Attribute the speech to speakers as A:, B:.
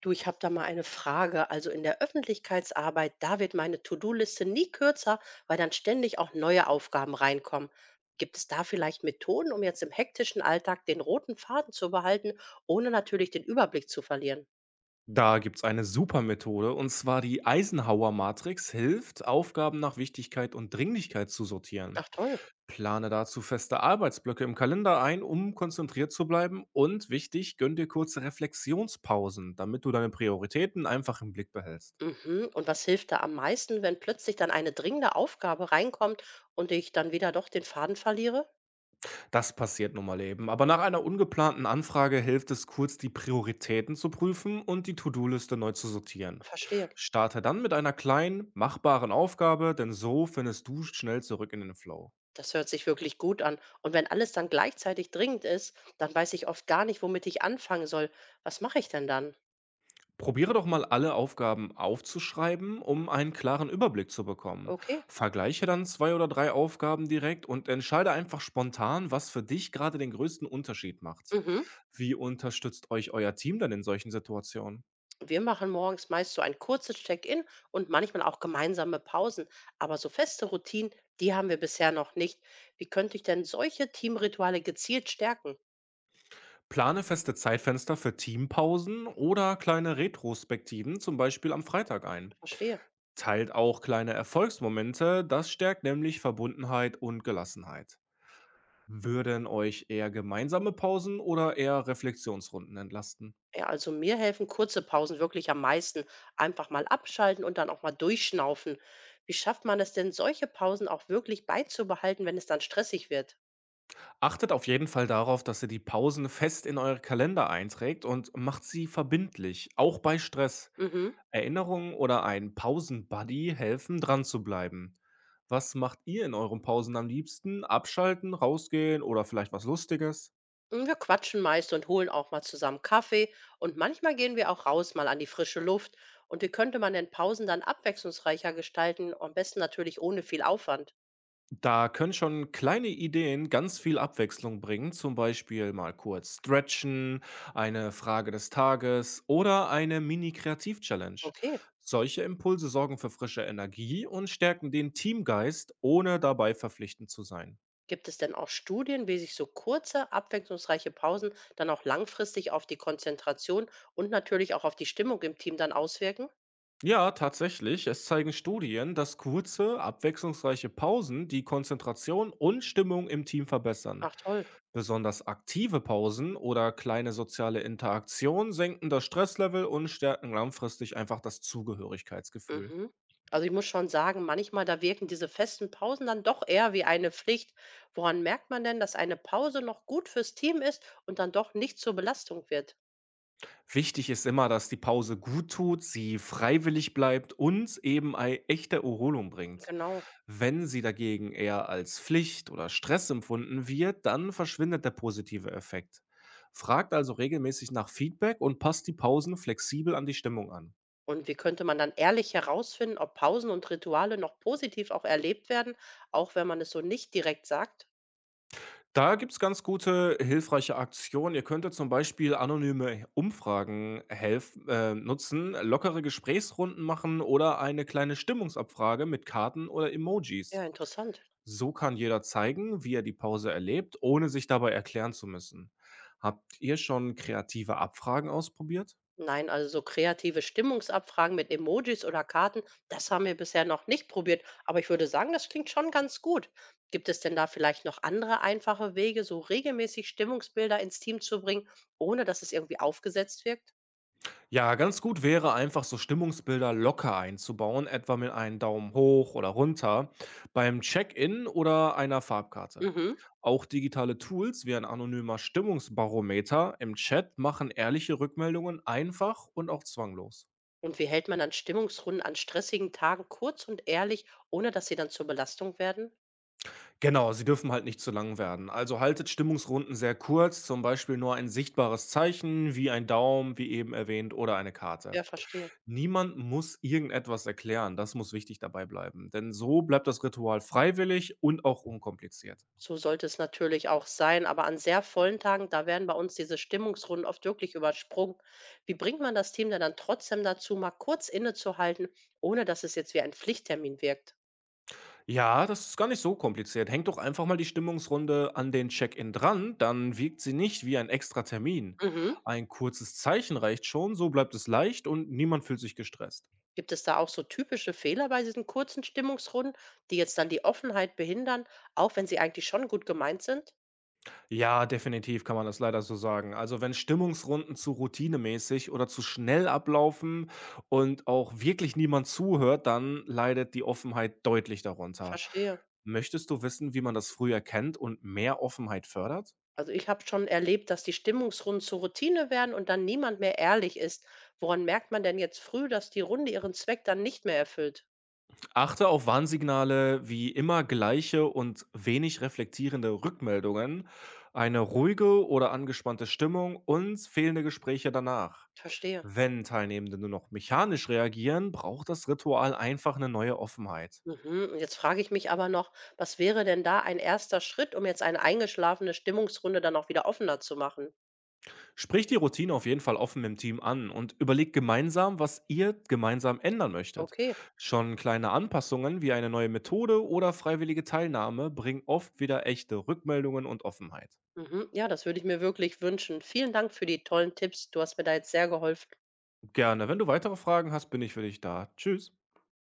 A: Du, ich habe da mal eine Frage. Also in der Öffentlichkeitsarbeit, da wird meine To-Do-Liste nie kürzer, weil dann ständig auch neue Aufgaben reinkommen. Gibt es da vielleicht Methoden, um jetzt im hektischen Alltag den roten Faden zu behalten, ohne natürlich den Überblick zu verlieren?
B: Da gibt's eine super Methode, und zwar die Eisenhower-Matrix hilft, Aufgaben nach Wichtigkeit und Dringlichkeit zu sortieren.
A: Ach toll.
B: Plane dazu feste Arbeitsblöcke im Kalender ein, um konzentriert zu bleiben. Und wichtig, gönn dir kurze Reflexionspausen, damit du deine Prioritäten einfach im Blick behältst.
A: Mhm. Und was hilft da am meisten, wenn plötzlich dann eine dringende Aufgabe reinkommt und ich dann wieder doch den Faden verliere?
B: Das passiert nun mal eben. Aber nach einer ungeplanten Anfrage hilft es kurz, die Prioritäten zu prüfen und die To-Do-Liste neu zu sortieren.
A: Verstehe.
B: Starte dann mit einer kleinen, machbaren Aufgabe, denn so findest du schnell zurück in den Flow.
A: Das hört sich wirklich gut an. Und wenn alles dann gleichzeitig dringend ist, dann weiß ich oft gar nicht, womit ich anfangen soll. Was mache ich denn dann?
B: Probiere doch mal alle Aufgaben aufzuschreiben, um einen klaren Überblick zu bekommen.
A: Okay.
B: Vergleiche dann zwei oder drei Aufgaben direkt und entscheide einfach spontan, was für dich gerade den größten Unterschied macht.
A: Mhm.
B: Wie unterstützt euch euer Team denn in solchen Situationen?
A: Wir machen morgens meist so ein kurzes Check-in und manchmal auch gemeinsame Pausen. Aber so feste Routinen, die haben wir bisher noch nicht. Wie könnte ich denn solche Teamrituale gezielt stärken?
B: Plane feste Zeitfenster für Teampausen oder kleine Retrospektiven, zum Beispiel am Freitag ein.
A: Verstehe.
B: Teilt auch kleine Erfolgsmomente, das stärkt nämlich Verbundenheit und Gelassenheit. Würden euch eher gemeinsame Pausen oder eher Reflexionsrunden entlasten?
A: Ja, also mir helfen kurze Pausen wirklich am meisten. Einfach mal abschalten und dann auch mal durchschnaufen. Wie schafft man es denn, solche Pausen auch wirklich beizubehalten, wenn es dann stressig wird?
B: Achtet auf jeden Fall darauf, dass ihr die Pausen fest in euren Kalender einträgt und macht sie verbindlich, auch bei Stress.
A: Mhm.
B: Erinnerungen oder ein Pausen-Buddy helfen, dran zu bleiben. Was macht ihr in euren Pausen am liebsten? Abschalten, rausgehen oder vielleicht was Lustiges?
A: Wir quatschen meist und holen auch mal zusammen Kaffee und manchmal gehen wir auch raus mal an die frische Luft. Und wie könnte man in Pausen dann abwechslungsreicher gestalten, am besten natürlich ohne viel Aufwand.
B: Da können schon kleine Ideen ganz viel Abwechslung bringen, zum Beispiel mal kurz stretchen, eine Frage des Tages oder eine Mini-Kreativ-Challenge.
A: Okay,
B: Solche Impulse sorgen für frische Energie und stärken den Teamgeist, ohne dabei verpflichtend zu sein.
A: gibt es denn auch Studien, wie sich so kurze, abwechslungsreiche Pausen dann auch langfristig auf die Konzentration und natürlich auch auf die Stimmung im Team dann auswirken?
B: Ja, tatsächlich. Es zeigen Studien, dass kurze, abwechslungsreiche Pausen die Konzentration und Stimmung im Team verbessern.
A: Ach toll.
B: Besonders aktive Pausen oder kleine soziale Interaktion senken das Stresslevel und stärken langfristig einfach das Zugehörigkeitsgefühl.
A: Mhm. Also ich muss schon sagen, manchmal da wirken diese festen Pausen dann doch eher wie eine Pflicht. Woran merkt man denn, dass eine Pause noch gut fürs Team ist und dann doch nicht zur Belastung wird?
B: Wichtig ist immer, dass die Pause gut tut, sie freiwillig bleibt und eben ei echte Erholung bringt.
A: Genau.
B: Wenn sie dagegen eher als Pflicht oder Stress empfunden wird, dann verschwindet der positive Effekt. Fragt also regelmäßig nach Feedback und passt die Pausen flexibel an die Stimmung an.
A: Und wie könnte man dann ehrlich herausfinden, ob Pausen und Rituale noch positiv auch erlebt werden, auch wenn man es so nicht direkt sagt?
B: Da gibt's ganz gute, hilfreiche Aktionen. Ihr könntet zum Beispiel anonyme Umfragen helf nutzen, lockere Gesprächsrunden machen oder eine kleine Stimmungsabfrage mit Karten oder Emojis.
A: Ja, interessant.
B: So kann jeder zeigen, wie er die Pause erlebt, ohne sich dabei erklären zu müssen. Habt ihr schon kreative Abfragen ausprobiert?
A: Nein, also so kreative Stimmungsabfragen mit Emojis oder Karten, das haben wir bisher noch nicht probiert. Aber ich würde sagen, das klingt schon ganz gut. Gibt es denn da vielleicht noch andere einfache Wege, so regelmäßig Stimmungsbilder ins Team zu bringen, ohne dass es irgendwie aufgesetzt wirkt?
B: Ja, ganz gut wäre einfach so Stimmungsbilder locker einzubauen, etwa mit einem Daumen hoch oder runter beim Check-in oder einer Farbkarte.
A: Mhm.
B: Auch digitale Tools wie ein anonymer Stimmungsbarometer im Chat machen ehrliche Rückmeldungen einfach und auch zwanglos.
A: Und wie hält man dann Stimmungsrunden an stressigen Tagen kurz und ehrlich, ohne dass sie dann zur Belastung werden?
B: Genau, sie dürfen halt nicht zu lang werden. Also haltet Stimmungsrunden sehr kurz, zum Beispiel nur ein sichtbares Zeichen wie ein Daumen, wie eben erwähnt, oder eine Karte.
A: Ja, verstehe.
B: Niemand muss irgendetwas erklären, das muss wichtig dabei bleiben, denn so bleibt das Ritual freiwillig und auch unkompliziert.
A: So sollte es natürlich auch sein, aber an sehr vollen Tagen, da werden bei uns diese Stimmungsrunden oft wirklich übersprungen. Wie bringt man das Team denn dann trotzdem dazu, mal kurz innezuhalten, ohne dass es jetzt wie ein Pflichttermin wirkt?
B: Ja, das ist gar nicht so kompliziert. Hängt doch einfach mal die Stimmungsrunde an den Check-in dran, dann wirkt sie nicht wie ein extra Termin.
A: Mhm.
B: Ein kurzes Zeichen reicht schon, so bleibt es leicht und niemand fühlt sich gestresst.
A: Gibt es da auch so typische Fehler bei diesen kurzen Stimmungsrunden, die jetzt dann die Offenheit behindern, auch wenn sie eigentlich schon gut gemeint sind?
B: Ja, definitiv kann man das leider so sagen. Also wenn Stimmungsrunden zu routinemäßig oder zu schnell ablaufen und auch wirklich niemand zuhört, dann leidet die Offenheit deutlich darunter.
A: Verstehe.
B: Möchtest du wissen, wie man das früh erkennt und mehr Offenheit fördert?
A: Also ich habe schon erlebt, dass die Stimmungsrunden zur Routine werden und dann niemand mehr ehrlich ist. Woran merkt man denn jetzt früh, dass die Runde ihren Zweck dann nicht mehr erfüllt?
B: Achte auf Warnsignale wie immer gleiche und wenig reflektierende Rückmeldungen, eine ruhige oder angespannte Stimmung und fehlende Gespräche danach.
A: Verstehe.
B: Wenn Teilnehmende nur noch mechanisch reagieren, braucht das Ritual einfach eine neue Offenheit.
A: Mhm, und jetzt frage ich mich aber noch, was wäre denn da ein erster Schritt, um jetzt eine eingeschlafene Stimmungsrunde dann auch wieder offener zu machen?
B: Sprich die Routine auf jeden Fall offen im Team an und überlegt gemeinsam, was ihr gemeinsam ändern möchtet.
A: Okay.
B: Schon kleine Anpassungen wie eine neue Methode oder freiwillige Teilnahme bringen oft wieder echte Rückmeldungen und Offenheit.
A: Mhm, ja, das würde ich mir wirklich wünschen. Vielen Dank für die tollen Tipps. Du hast mir da jetzt sehr geholfen.
B: Gerne, wenn du weitere Fragen hast, bin ich für dich da. Tschüss.